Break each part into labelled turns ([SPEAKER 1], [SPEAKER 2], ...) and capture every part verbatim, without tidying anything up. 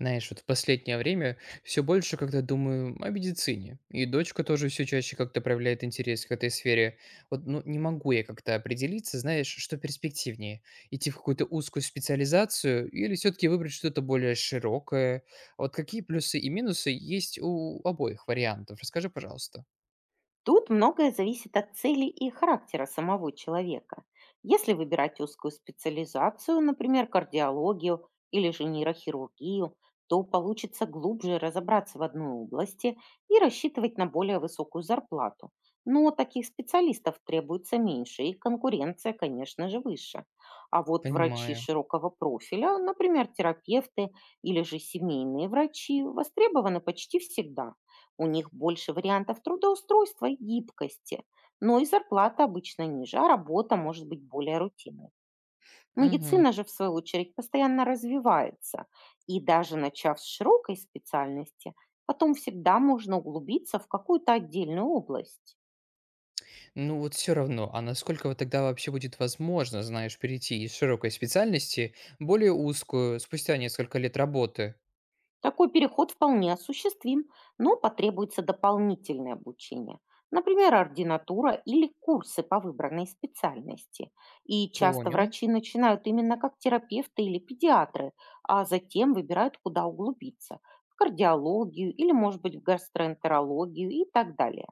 [SPEAKER 1] Знаешь, вот в последнее время все больше как-то думаю о медицине. И дочка тоже все чаще как-то проявляет интерес к этой сфере. Вот, ну, не могу я как-то определиться, знаешь, что перспективнее. Идти в какую-то узкую специализацию или все-таки выбрать что-то более широкое. Вот какие плюсы и минусы есть у обоих вариантов? Расскажи, пожалуйста.
[SPEAKER 2] Тут многое зависит от цели и характера самого человека. Если выбирать узкую специализацию, например, кардиологию или же нейрохирургию, то получится глубже разобраться в одной области и рассчитывать на более высокую зарплату. Но таких специалистов требуется меньше, и конкуренция, конечно же, выше. А вот врачи
[SPEAKER 1] Понимаю.
[SPEAKER 2] широкого профиля, например, терапевты или же семейные врачи, востребованы почти всегда. У них больше вариантов трудоустройства и гибкости, но и зарплата обычно ниже, а работа может быть более рутинной.
[SPEAKER 1] Мгм.
[SPEAKER 2] Медицина же, в свою очередь, постоянно развивается, и даже начав с широкой специальности, потом всегда можно углубиться в какую-то отдельную область.
[SPEAKER 1] Ну вот все равно, а насколько вот тогда вообще будет возможно, знаешь, перейти из широкой специальности в более узкую спустя несколько лет работы?
[SPEAKER 2] Такой переход вполне осуществим, но потребуется дополнительное обучение. Например, ординатура или курсы по выбранной специальности. И часто
[SPEAKER 1] Понял,
[SPEAKER 2] врачи начинают именно как терапевты или педиатры, а затем выбирают, куда углубиться — в кардиологию или, может быть, в гастроэнтерологию и так далее.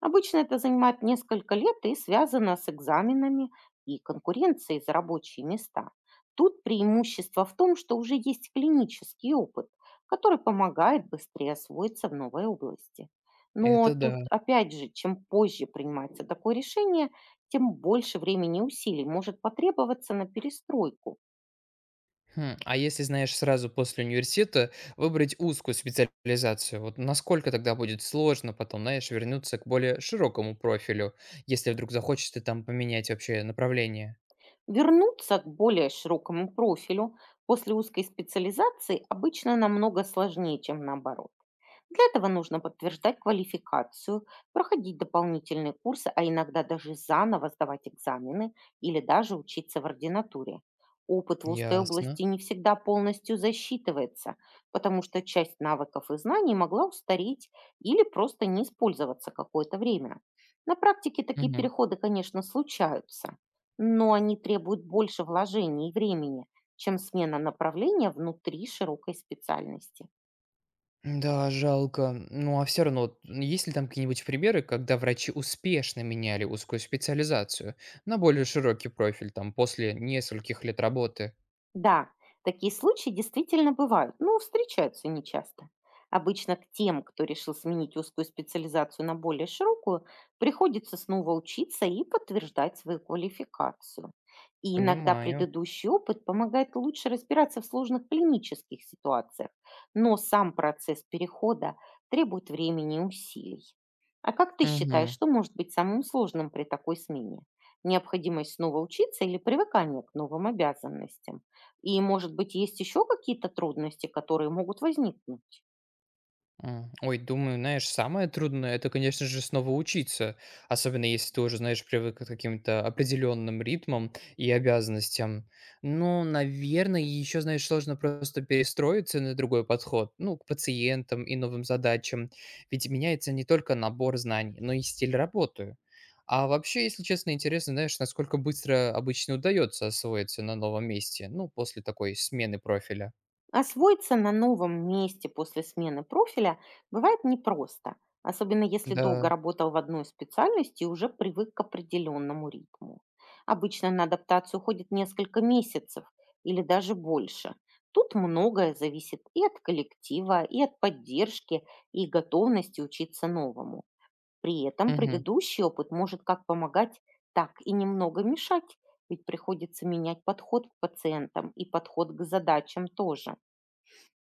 [SPEAKER 2] Обычно это занимает несколько лет и связано с экзаменами и конкуренцией за рабочие места. Тут преимущество в том, что уже есть клинический опыт, который помогает быстрее освоиться в новой области. Но
[SPEAKER 1] это да.
[SPEAKER 2] тут, опять же, чем позже принимается такое решение, тем больше времени и усилий может потребоваться на перестройку.
[SPEAKER 1] Хм, а если, знаешь, сразу после университета выбрать узкую специализацию, вот насколько тогда будет сложно потом, знаешь, вернуться к более широкому профилю, если вдруг захочется там поменять вообще направление?
[SPEAKER 2] Вернуться к более широкому профилю после узкой специализации обычно намного сложнее, чем наоборот. Для этого нужно подтверждать квалификацию, проходить дополнительные курсы, а иногда даже заново сдавать экзамены или даже учиться в ординатуре. Опыт в узкой
[SPEAKER 1] Ясно.
[SPEAKER 2] области не всегда полностью засчитывается, потому что часть навыков и знаний могла устареть или просто не использоваться какое-то время. На практике такие
[SPEAKER 1] Мгм.
[SPEAKER 2] переходы, конечно, случаются, но они требуют больше вложений и времени, чем смена направления внутри широкой специальности.
[SPEAKER 1] Да, жалко. Ну, а все равно, вот, есть ли там какие-нибудь примеры, когда врачи успешно меняли узкую специализацию на более широкий профиль, там, после нескольких лет работы?
[SPEAKER 2] Да, такие случаи действительно бывают, но встречаются нечасто. Обычно к тем, кто решил сменить узкую специализацию на более широкую, приходится снова учиться и подтверждать свою квалификацию. И иногда
[SPEAKER 1] Понимаю.
[SPEAKER 2] предыдущий опыт помогает лучше разбираться в сложных клинических ситуациях, но сам процесс перехода требует времени и усилий. А как ты считаешь,
[SPEAKER 1] Мгм.
[SPEAKER 2] что может быть самым сложным при такой смене? Необходимость снова учиться или привыкание к новым обязанностям? И, может быть, есть еще какие-то трудности, которые могут возникнуть.
[SPEAKER 1] М, ой, думаю, знаешь, самое трудное — это, конечно же, снова учиться. Особенно если ты уже, знаешь, привык к каким-то определенным ритмам и обязанностям. Но, наверное, еще, знаешь, сложно просто перестроиться на другой подход, ну, к пациентам и новым задачам. Ведь меняется не только набор знаний, но и стиль работы. А вообще, если честно, интересно, знаешь, насколько быстро обычно удается освоиться на новом месте, ну, после такой смены профиля.
[SPEAKER 2] Освоиться на новом месте после смены профиля бывает непросто, особенно если долго
[SPEAKER 1] Да.
[SPEAKER 2] работал в одной специальности и уже привык к определенному ритму. Обычно на адаптацию уходит несколько месяцев или даже больше. Тут многое зависит и от коллектива, и от поддержки, и готовности учиться новому. При этом
[SPEAKER 1] Мгм.
[SPEAKER 2] предыдущий опыт может как помогать, так и немного мешать, ведь приходится менять подход к пациентам и подход к задачам тоже.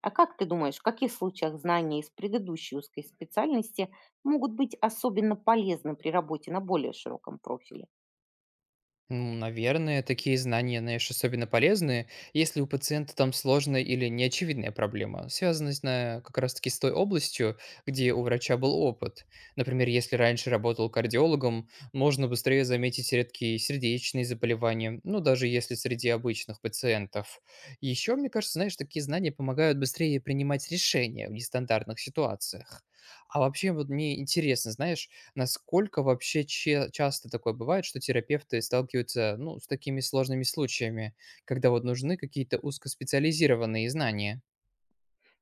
[SPEAKER 2] А как ты думаешь, в каких случаях знания из предыдущей узкой специальности могут быть особенно полезны при работе на более широком профиле?
[SPEAKER 1] Ну, наверное, такие знания, знаешь, особенно полезны, если у пациента там сложная или неочевидная проблема, связанная на- как раз-таки с той областью, где у врача был опыт. Например, если раньше работал кардиологом, можно быстрее заметить редкие сердечные заболевания, ну, даже если среди обычных пациентов. Еще, мне кажется, знаешь, такие знания помогают быстрее принимать решения в нестандартных ситуациях. А вообще, вот мне интересно, знаешь, насколько вообще че часто такое бывает, что терапевты сталкиваются, ну, с такими сложными случаями, когда вот нужны какие-то узкоспециализированные знания?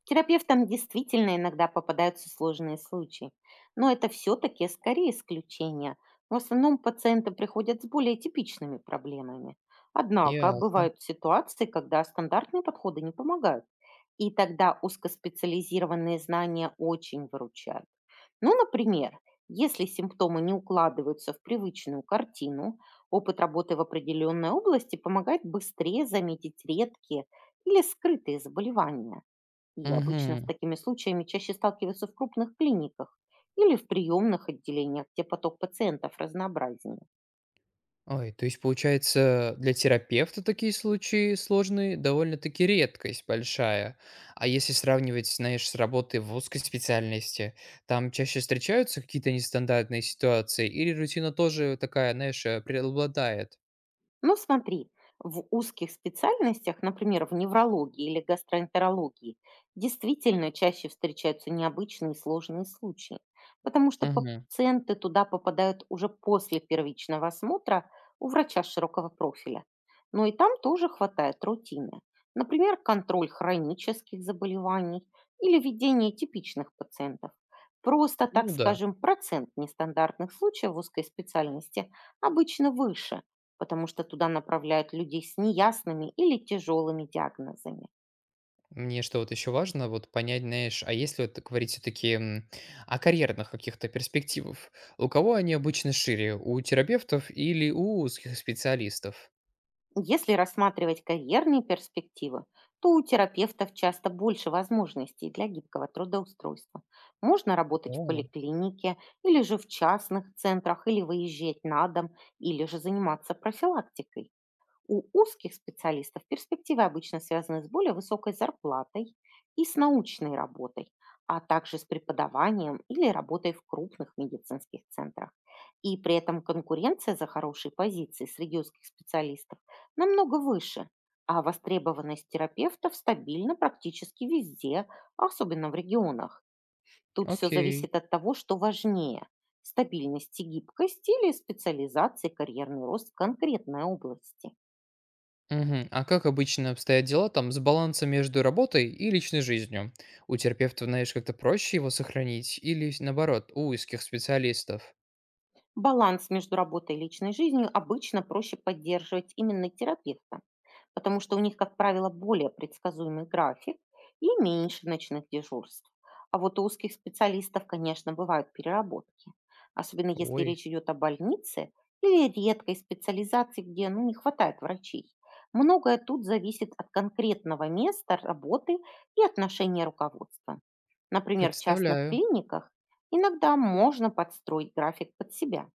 [SPEAKER 2] Терапевтам действительно иногда попадаются сложные случаи, но это все-таки скорее исключение. В основном пациенты приходят с более типичными проблемами. Однако
[SPEAKER 1] Ясно.
[SPEAKER 2] бывают ситуации, когда стандартные подходы не помогают, и тогда узкоспециализированные знания очень выручают. Ну, например, если симптомы не укладываются в привычную картину, опыт работы в определенной области помогает быстрее заметить редкие или скрытые заболевания. И обычно с
[SPEAKER 1] Угу.
[SPEAKER 2] такими случаями чаще сталкиваются в крупных клиниках или в приемных отделениях, где поток пациентов разнообразнее.
[SPEAKER 1] Ой, то есть получается, для терапевта такие случаи сложные довольно-таки редкость большая. А если сравнивать, знаешь, с работой в узкой специальности, там чаще встречаются какие-то нестандартные ситуации или рутина тоже такая, знаешь, э, преобладает?
[SPEAKER 2] Ну, смотри, в узких специальностях, например, в неврологии или гастроэнтерологии, действительно чаще встречаются необычные и сложные случаи, потому что па-
[SPEAKER 1] Угу.
[SPEAKER 2] пациенты туда попадают уже после первичного осмотра у врача широкого профиля. Но и там тоже хватает рутины. Например, контроль хронических заболеваний или ведение типичных пациентов. Просто, так
[SPEAKER 1] Ну да.
[SPEAKER 2] скажем, процент нестандартных случаев в узкой специальности обычно выше, потому что туда направляют людей с неясными или тяжелыми диагнозами.
[SPEAKER 1] Мне что вот еще важно, вот понять, знаешь, а если вот говорить все-таки о карьерных каких-то перспективах, у кого они обычно шире, у терапевтов или у узких специалистов?
[SPEAKER 2] Если рассматривать карьерные перспективы, то у терапевтов часто больше возможностей для гибкого трудоустройства. Можно работать в
[SPEAKER 1] О,
[SPEAKER 2] поликлинике или же в частных центрах, или выезжать на дом, или же заниматься профилактикой. У узких специалистов перспективы обычно связаны с более высокой зарплатой и с научной работой, а также с преподаванием или работой в крупных медицинских центрах. И при этом конкуренция за хорошие позиции среди узких специалистов намного выше, а востребованность терапевтов стабильна практически везде, особенно в регионах. Тут все
[SPEAKER 1] окей.
[SPEAKER 2] зависит от того, что важнее — стабильность и гибкость или специализация и карьерный рост в конкретной области.
[SPEAKER 1] Мгм. А как обычно обстоят дела там с балансом между работой и личной жизнью? У терапевтов, знаешь, как-то проще его сохранить или с- наоборот, у узких специалистов?
[SPEAKER 2] Баланс между работой и личной жизнью обычно проще поддерживать именно терапевта, потому что у них, как правило, более предсказуемый график и меньше ночных дежурств. А вот у узких специалистов, конечно, бывают переработки, особенно если
[SPEAKER 1] Ой,
[SPEAKER 2] речь идет о больнице или редкой специализации, где, ну, не хватает врачей. Многое тут зависит от конкретного места работы и отношения руководства. Например, в частных
[SPEAKER 1] представляю.
[SPEAKER 2] клиниках иногда можно подстроить график под себя.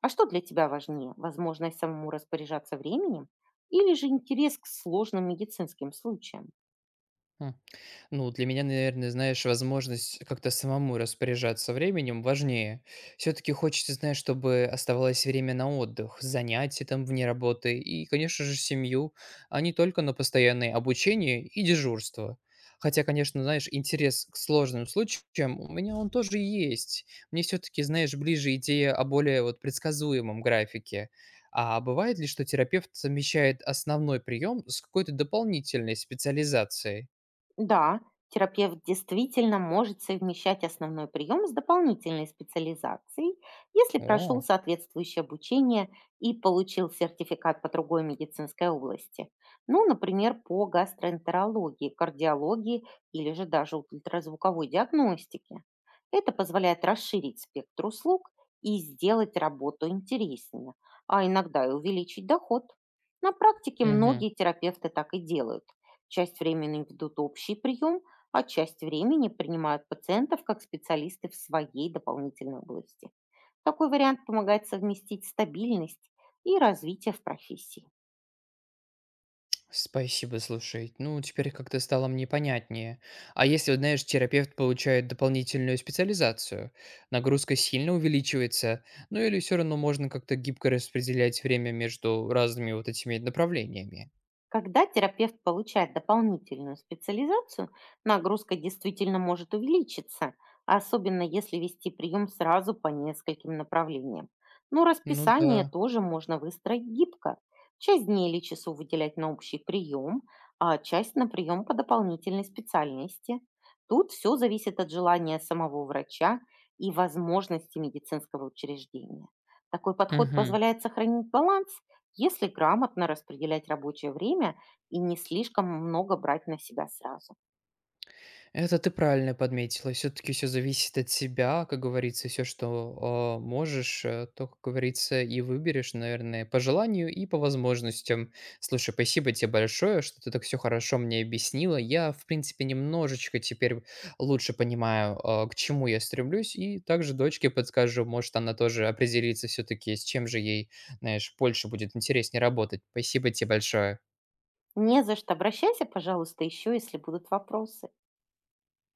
[SPEAKER 2] А что для тебя важнее? Возможность самому распоряжаться временем или же интерес к сложным медицинским случаям?
[SPEAKER 1] Хм. Ну, для меня, наверное, знаешь, возможность как-то самому распоряжаться временем важнее. Все-таки хочется, знаешь, чтобы оставалось время на отдых, занятия там вне работы и, конечно же, семью, а не только на постоянное обучение и дежурство. Хотя, конечно, знаешь, интерес к сложным случаям у меня он тоже есть. Мне все-таки, знаешь, ближе идея о более вот предсказуемом графике. А бывает ли, что терапевт совмещает основной прием с какой-то дополнительной специализацией?
[SPEAKER 2] Да, терапевт действительно может совмещать основной прием с дополнительной специализацией, если прошел
[SPEAKER 1] О,
[SPEAKER 2] соответствующее обучение и получил сертификат по другой медицинской области. Ну, например, по гастроэнтерологии, кардиологии или же даже ультразвуковой диагностике. Это позволяет расширить спектр услуг и сделать работу интереснее, а иногда и увеличить доход. На практике
[SPEAKER 1] мгм.
[SPEAKER 2] многие терапевты так и делают. Часть времени ведут общий прием, а часть времени принимают пациентов как специалисты в своей дополнительной области. Такой вариант помогает совместить стабильность и развитие в профессии.
[SPEAKER 1] Спасибо, слушай. Ну, теперь как-то стало мне понятнее. А если, вот знаешь, терапевт получает дополнительную специализацию, нагрузка сильно увеличивается, ну или все равно можно как-то гибко распределять время между разными вот этими направлениями?
[SPEAKER 2] Когда терапевт получает дополнительную специализацию, нагрузка действительно может увеличиться, особенно если вести прием сразу по нескольким направлениям. Но
[SPEAKER 1] Ну
[SPEAKER 2] расписание
[SPEAKER 1] да.
[SPEAKER 2] тоже можно выстроить гибко. Часть дней или часов выделять на общий прием, а часть на прием по дополнительной специальности. Тут все зависит от желания самого врача и возможности медицинского учреждения. Такой подход
[SPEAKER 1] Мгм.
[SPEAKER 2] позволяет сохранить баланс, если грамотно распределять рабочее время и не слишком много брать на себя сразу.
[SPEAKER 1] Это ты правильно подметила. Все-таки все зависит от себя, как говорится, все, что а, можешь, э, то, как говорится, и выберешь, наверное, по желанию и по возможностям. Слушай, спасибо тебе большое, что ты так все хорошо мне объяснила. Я, в принципе, немножечко теперь лучше понимаю, а, к чему я стремлюсь, и также дочке подскажу, может, она тоже определится все-таки, с чем же ей, знаешь, больше будет интереснее работать. Спасибо тебе большое.
[SPEAKER 2] Не за что. Обращайся, пожалуйста, еще, если будут вопросы.